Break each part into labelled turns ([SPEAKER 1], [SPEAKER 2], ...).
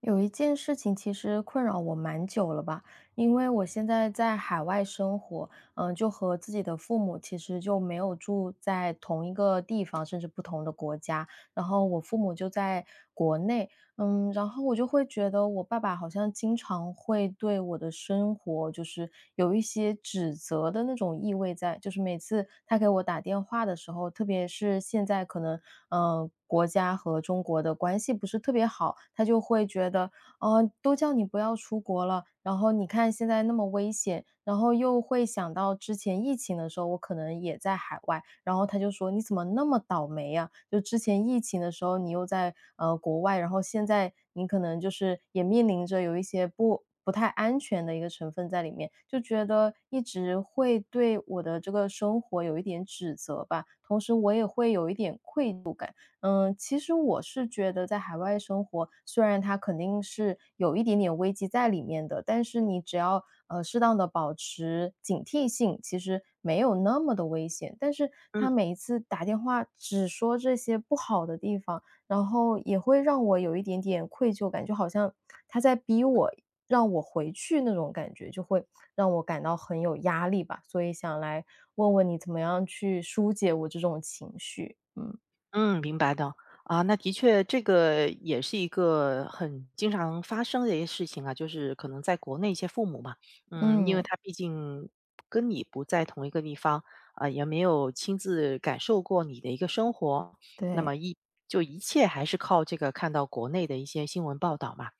[SPEAKER 1] 有一件事情其实困扰我蛮久了吧，因为我现在在海外生活，就和自己的父母其实就没有住在同一个地方，甚至不同的国家。然后我父母就在国内，然后我就会觉得我爸爸好像经常会对我的生活就是有一些指责的那种意味在，就是每次他给我打电话的时候，特别是现在可能，国家和中国的关系不是特别好，他就会觉得都叫你不要出国了，然后你看现在那么危险，然后又会想到之前疫情的时候，我可能也在海外，然后他就说你怎么那么倒霉呀？就之前疫情的时候你又在国外，然后现在你可能就是也面临着有一些不太安全的一个成分在里面，就觉得一直会对我的这个生活有一点指责吧，同时我也会有一点愧疚感。嗯，其实我是觉得在海外生活，虽然它肯定是有一点点危机在里面的，但是你只要适当的保持警惕性，其实没有那么的危险。但是
[SPEAKER 2] 嗯
[SPEAKER 1] 他每一次打电话只说这些不好的地方，然后也会让我有一点点愧疚感，就好像他在逼我，让我回去那种感觉，就会让我感到很有压力吧。所以想来问问你，怎么样去疏解我这种情绪？嗯
[SPEAKER 2] 嗯，明白的。那的确，这个也是一个很经常发生的一些事情啊，就是可能在国内一些父母嘛，因为
[SPEAKER 1] 嗯。
[SPEAKER 2] 他毕竟跟你不在同一个地方，也没有亲自感受过你的一个生活，那
[SPEAKER 1] 对，
[SPEAKER 2] 么一就一切还是靠这个看到国内的一些新闻报道嘛，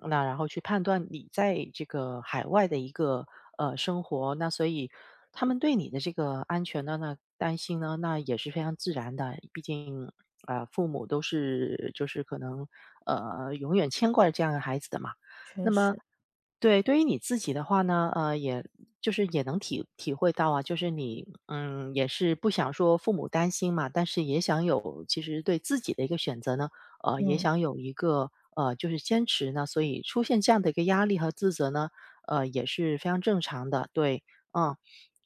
[SPEAKER 2] 那然后去判断你在这个海外的一个生活，那所以他们对你的这个安全呢，那担心呢，那也是非常自然的。毕竟父母都是就是可能永远牵挂着这样的孩子的嘛。那
[SPEAKER 1] 确
[SPEAKER 2] 么
[SPEAKER 1] 实，
[SPEAKER 2] 对于你自己的话呢，也就是也能体会到啊，就是你也是不想说父母担心嘛，但是也想有其实对自己的一个选择呢。也
[SPEAKER 1] 嗯，
[SPEAKER 2] 想有一个就是坚持呢，所以出现这样的一个压力和自责呢，也是非常正常的。对，嗯，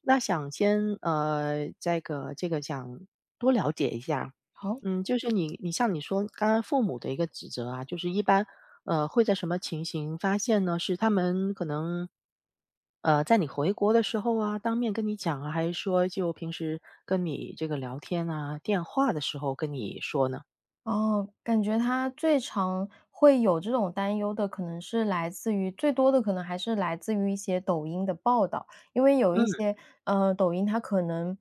[SPEAKER 2] 那想先这个想多了解一下，
[SPEAKER 1] 好，
[SPEAKER 2] 嗯，就是你像你说刚刚父母的一个指责啊，就是一般会在什么情形发现呢？是他们可能。在你回国的时候啊，当面跟你讲啊，还是说就平时跟你这个聊天啊，电话的时候跟你说呢？
[SPEAKER 1] 哦，感觉他最常会有这种担忧的，可能是来自于最多的可能还是来自于一些抖音的报道，因为有一
[SPEAKER 2] 嗯。
[SPEAKER 1] 些，抖音它可能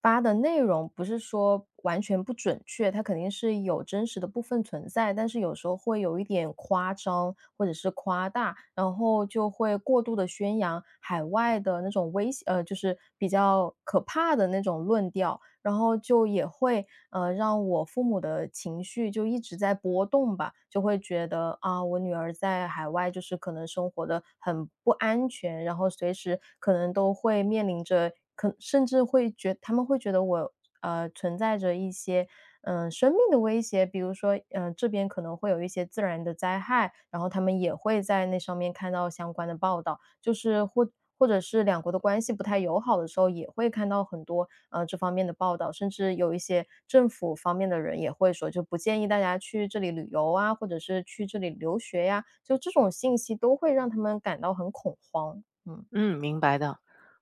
[SPEAKER 1] 发的内容不是说完全不准确，它肯定是有真实的部分存在，但是有时候会有一点夸张或者是夸大，然后就会过度的宣扬海外的那种危险，就是比较可怕的那种论调。然后就也会，让我父母的情绪就一直在波动吧，就会觉得啊，我女儿在海外就是可能生活的很不安全，然后随时可能都会面临着，可甚至会觉他们会觉得我，存在着一些，生命的威胁，比如说，这边可能会有一些自然的灾害，然后他们也会在那上面看到相关的报道，就是或。或者是两国的关系不太友好的时候，也会看到很多这方面的报道，甚至有一些政府方面的人也会说，就不建议大家去这里旅游啊，或者是去这里留学呀，就这种信息都会让他们感到很恐慌，嗯。
[SPEAKER 2] 嗯，明白的。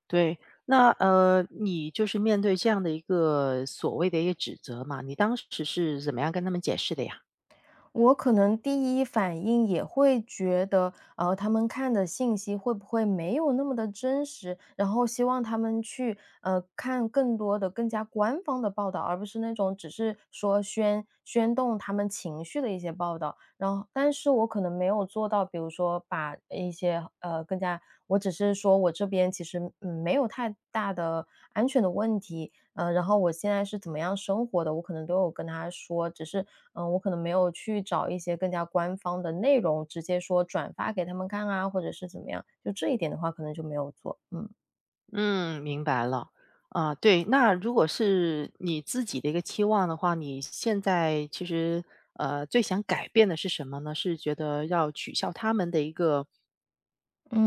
[SPEAKER 2] 对，那你就是面对这样的一个所谓的一个指责嘛，你当时是怎么样跟他们解释的呀？
[SPEAKER 1] 我可能第一反应也会觉得，他们看的信息会不会没有那么的真实，然后希望他们去，看更多的、更加官方的报道，而不是那种只是说宣动他们情绪的一些报道。然后，但是我可能没有做到，比如说把一些，我只是说我这边其实，嗯，没有太大的安全的问题，然后我现在是怎么样生活的，我可能都有跟他说，只是，我可能没有去找一些更加官方的内容，直接说转发给他们看啊，或者是怎么样，就这一点的话，可能就没有做，嗯。
[SPEAKER 2] 嗯，明白了。对，那如果是你自己的一个期望的话，你现在其实最想改变的是什么呢？是觉得要取消他们的一个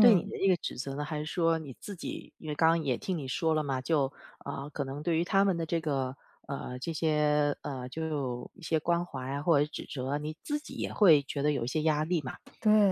[SPEAKER 2] 对你的一个指责呢，还是说你自己，因为刚刚也听你说了嘛，就可能对于他们的这个这些就一些关怀啊或者指责啊你自己也会觉得有一些压力嘛。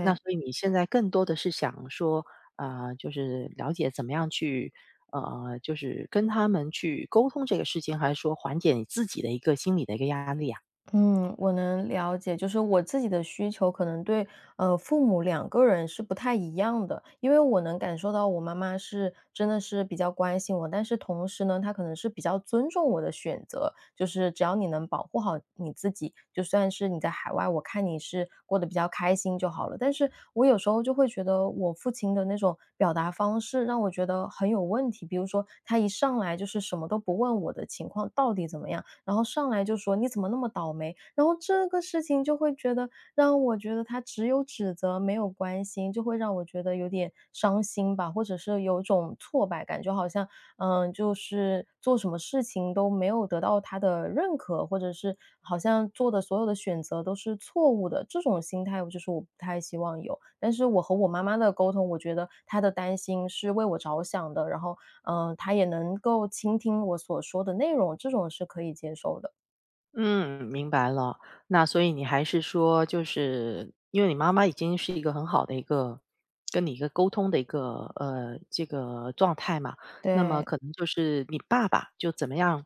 [SPEAKER 2] 那所以你现在更多的是想说，就是了解怎么样去就是跟他们去沟通这个事情，还是说缓解你自己的一个心理的一个压力啊？
[SPEAKER 1] 嗯，我能了解，就是我自己的需求可能对，父母两个人是不太一样的，因为我能感受到我妈妈是真的是比较关心我，但是同时呢，她可能是比较尊重我的选择，就是只要你能保护好你自己，就算是你在海外，我看你是过得比较开心就好了。但是我有时候就会觉得我父亲的那种表达方式让我觉得很有问题，比如说他一上来就是什么都不问我的情况到底怎么样，然后上来就说：“你怎么那么倒霉？”然后这个事情就会觉得让我觉得他只有指责没有关心，就会让我觉得有点伤心吧，或者是有种挫败感，就好像，就是做什么事情都没有得到他的认可，或者是好像做的所有的选择都是错误的，这种心态我就是我不太希望有。但是我和我妈妈的沟通，我觉得她的担心是为我着想的，然后他也能够倾听我所说的内容，这种是可以接受的。
[SPEAKER 2] 嗯，明白了。那所以你还是说，就是因为你妈妈已经是一个很好的一个跟你一个沟通的一个这个状态嘛，那么
[SPEAKER 1] 对，
[SPEAKER 2] 可能就是你爸爸就怎么样？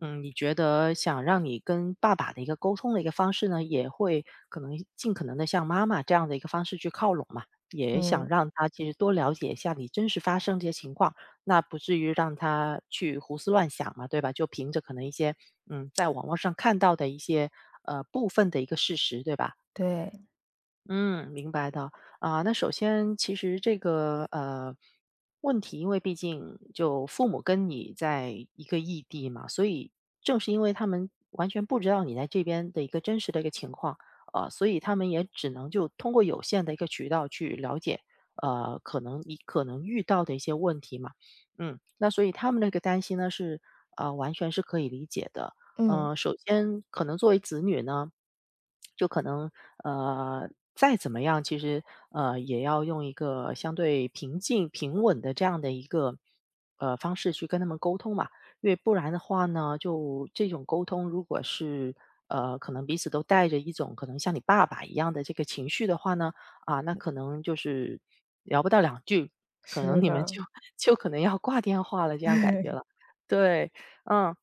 [SPEAKER 2] 嗯，你觉得想让你跟爸爸的一个沟通的一个方式呢，也会可能尽可能的向妈妈这样的一个方式去靠拢嘛，也想
[SPEAKER 1] 嗯，
[SPEAKER 2] 让他其实多了解一下你真实发生这些情况。那不至于让他去胡思乱想嘛，对吧？就凭着可能一些，嗯，在网络上看到的一些，部分的一个事实，对吧？
[SPEAKER 1] 对，
[SPEAKER 2] 嗯，明白的。那首先其实这个问题，因为毕竟就父母跟你在一个异地嘛，所以正是因为他们完全不知道你在这边的一个真实的一个情况，所以他们也只能就通过有限的一个渠道去了解，可能你可能遇到的一些问题嘛。嗯，那所以他们那个担心呢是完全是可以理解的。
[SPEAKER 1] 嗯，
[SPEAKER 2] 首先可能作为子女呢。就可能呃，再怎么样，其实也要用一个相对平静、平稳的这样的一个方式去跟他们沟通嘛，因为不然的话呢，就这种沟通，如果是可能彼此都带着一种可能像你爸爸一样的这个情绪的话呢，啊，那可能就是聊不到两句，可能
[SPEAKER 1] 是
[SPEAKER 2] 你们就
[SPEAKER 1] 的，
[SPEAKER 2] 就可能要挂电话了，这样感觉了。对，嗯，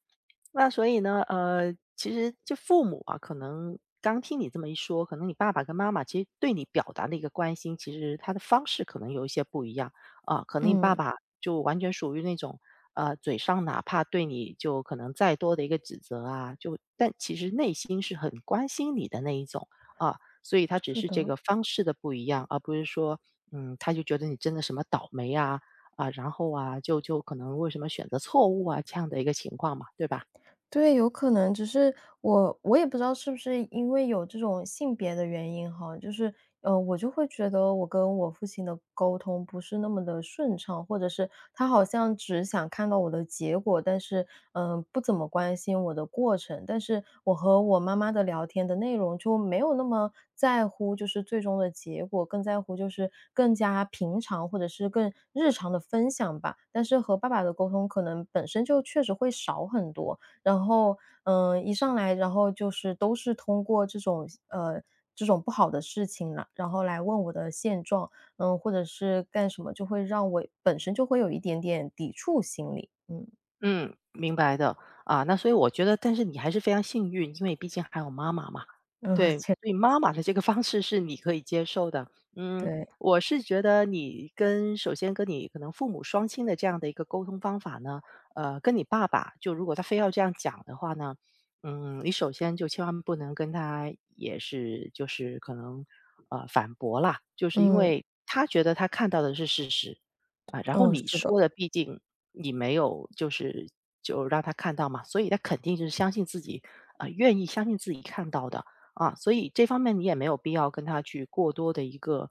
[SPEAKER 2] 那所以呢，其实就父母啊，可能刚听你这么一说，可能你爸爸跟妈妈其实对你表达的一个关心，其实他的方式可能有一些不一样啊。可能你爸
[SPEAKER 1] 嗯。
[SPEAKER 2] 爸就完全属于那种，嘴上哪怕对你就可能再多的一个指责啊，就但其实内心是很关心你的那一种啊。所以他只
[SPEAKER 1] 是
[SPEAKER 2] 是这
[SPEAKER 1] 的。
[SPEAKER 2] 个方式的不一样，而不是说，嗯，他就觉得你真的什么倒霉啊啊，然后啊，就可能为什么选择错误啊这样的一个情况嘛，对吧？
[SPEAKER 1] 对，有可能，只是我也不知道是不是因为有这种性别的原因哈，就是，我就会觉得我跟我父亲的沟通不是那么的顺畅，或者是他好像只想看到我的结果，但是，不怎么关心我的过程。但是我和我妈妈的聊天的内容就没有那么在乎就是最终的结果，更在乎就是更加平常或者是更日常的分享吧。但是和爸爸的沟通可能本身就确实会少很多，然后，一上来，然后就是都是通过这种不好的事情了，然后来问我的现状，嗯，或者是干什么，就会让我本身就会有一点点抵触心理，嗯
[SPEAKER 2] 嗯，明白的。那所以我觉得但是你还是非常幸运，因为毕竟还有妈妈嘛。
[SPEAKER 1] 嗯，
[SPEAKER 2] 对，
[SPEAKER 1] 这
[SPEAKER 2] 所以妈妈的这个方式是你可以接受的。嗯，
[SPEAKER 1] 对，
[SPEAKER 2] 我是觉得你跟首先跟你可能父母双亲的这样的一个沟通方法呢，跟你爸爸就如果他非要这样讲的话呢，嗯，你首先就千万不能跟他也是就是可能，反驳啦，就是因
[SPEAKER 1] 嗯
[SPEAKER 2] 为他觉得他看到的是事实。啊，然后
[SPEAKER 1] 嗯，
[SPEAKER 2] 你
[SPEAKER 1] 是的，
[SPEAKER 2] 说的毕竟你没有就是就让他看到嘛，所以他肯定就是相信自己，啊，愿意相信自己看到的啊，所以这方面你也没有必要跟他去过多的一个，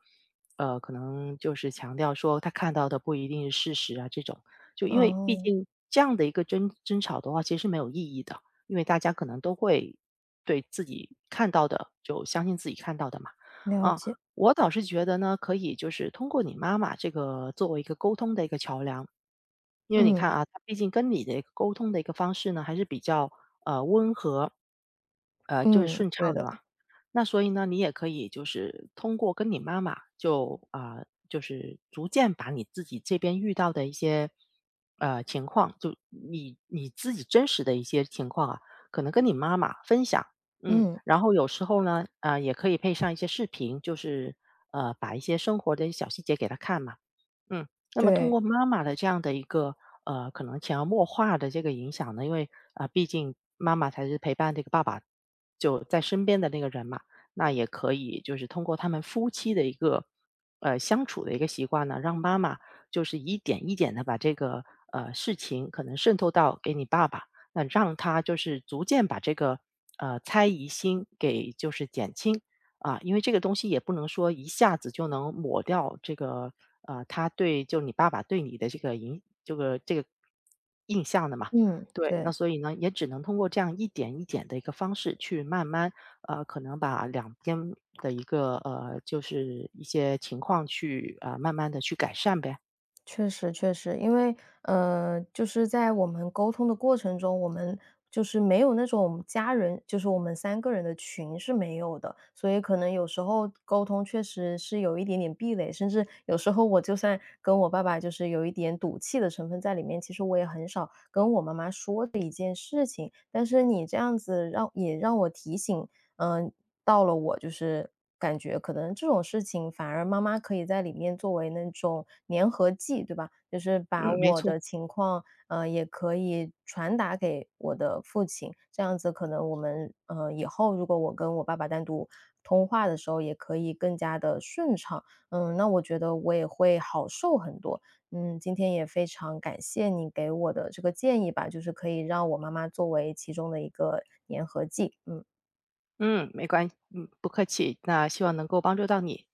[SPEAKER 2] 可能就是强调说他看到的不一定是事实啊这种，就因为毕
[SPEAKER 1] 哦，
[SPEAKER 2] 竟这样的一个争吵的话，其实是没有意义的，因为大家可能都会对自己看到的就相信自己看到的嘛，
[SPEAKER 1] 了
[SPEAKER 2] 啊，
[SPEAKER 1] 解，
[SPEAKER 2] 我倒是觉得呢，可以就是通过你妈妈这个作为一个沟通的一个桥梁，因为你
[SPEAKER 1] 嗯
[SPEAKER 2] 看啊，她毕竟跟你的一个沟通的一个方式呢，还是比较温和，就是
[SPEAKER 1] 嗯，
[SPEAKER 2] 顺
[SPEAKER 1] 对
[SPEAKER 2] 畅的
[SPEAKER 1] 的，
[SPEAKER 2] 嘛。那所以呢，你也可以就是通过跟你妈妈就就是逐渐把你自己这边遇到的一些情况，就你自己真实的一些情况啊，可能跟你妈妈分享，嗯，
[SPEAKER 1] 嗯
[SPEAKER 2] 然后有时候呢，也可以配上一些视频，就是把一些生活的小细节给她看嘛，嗯，那么通
[SPEAKER 1] 对，
[SPEAKER 2] 过妈妈的这样的一个可能潜移默化的这个影响呢，因为毕竟妈妈才是陪伴这个爸爸就在身边的那个人嘛，那也可以就是通过他们夫妻的一个相处的一个习惯呢，让妈妈就是一点一点的把这个事情可能渗透到给你爸爸，那让他就是逐渐把这个猜疑心给就是减轻啊，因为这个东西也不能说一下子就能抹掉这个他对就你爸爸对你的这个印象的嘛，
[SPEAKER 1] 嗯
[SPEAKER 2] 对，那
[SPEAKER 1] 对。
[SPEAKER 2] 所以呢，也只能通过这样一点一点的一个方式去慢慢，可能把两边的一个就是一些情况去慢慢的去改善呗。
[SPEAKER 1] 确实确实，因为就是在我们沟通的过程中，我们就是没有那种家人，就是我们三个人的群是没有的，所以可能有时候沟通确实是有一点点壁垒，甚至有时候我就算跟我爸爸就是有一点赌气的成分在里面，其实我也很少跟我妈妈说这一件事情。但是你这样子让也让我提醒嗯，到了我就是感觉可能这种事情反而妈妈可以在里面作为那种粘合剂，对吧？就是把
[SPEAKER 2] 嗯，没
[SPEAKER 1] 我
[SPEAKER 2] 错，
[SPEAKER 1] 的情况，也可以传达给我的父亲，这样子可能我们，以后如果我跟我爸爸单独通话的时候，也可以更加的顺畅。嗯，那我觉得我也会好受很多。嗯，今天也非常感谢你给我的这个建议吧，就是可以让我妈妈作为其中的一个粘合剂，嗯。
[SPEAKER 2] 嗯，没关系，嗯，不客气。那希望能够帮助到你。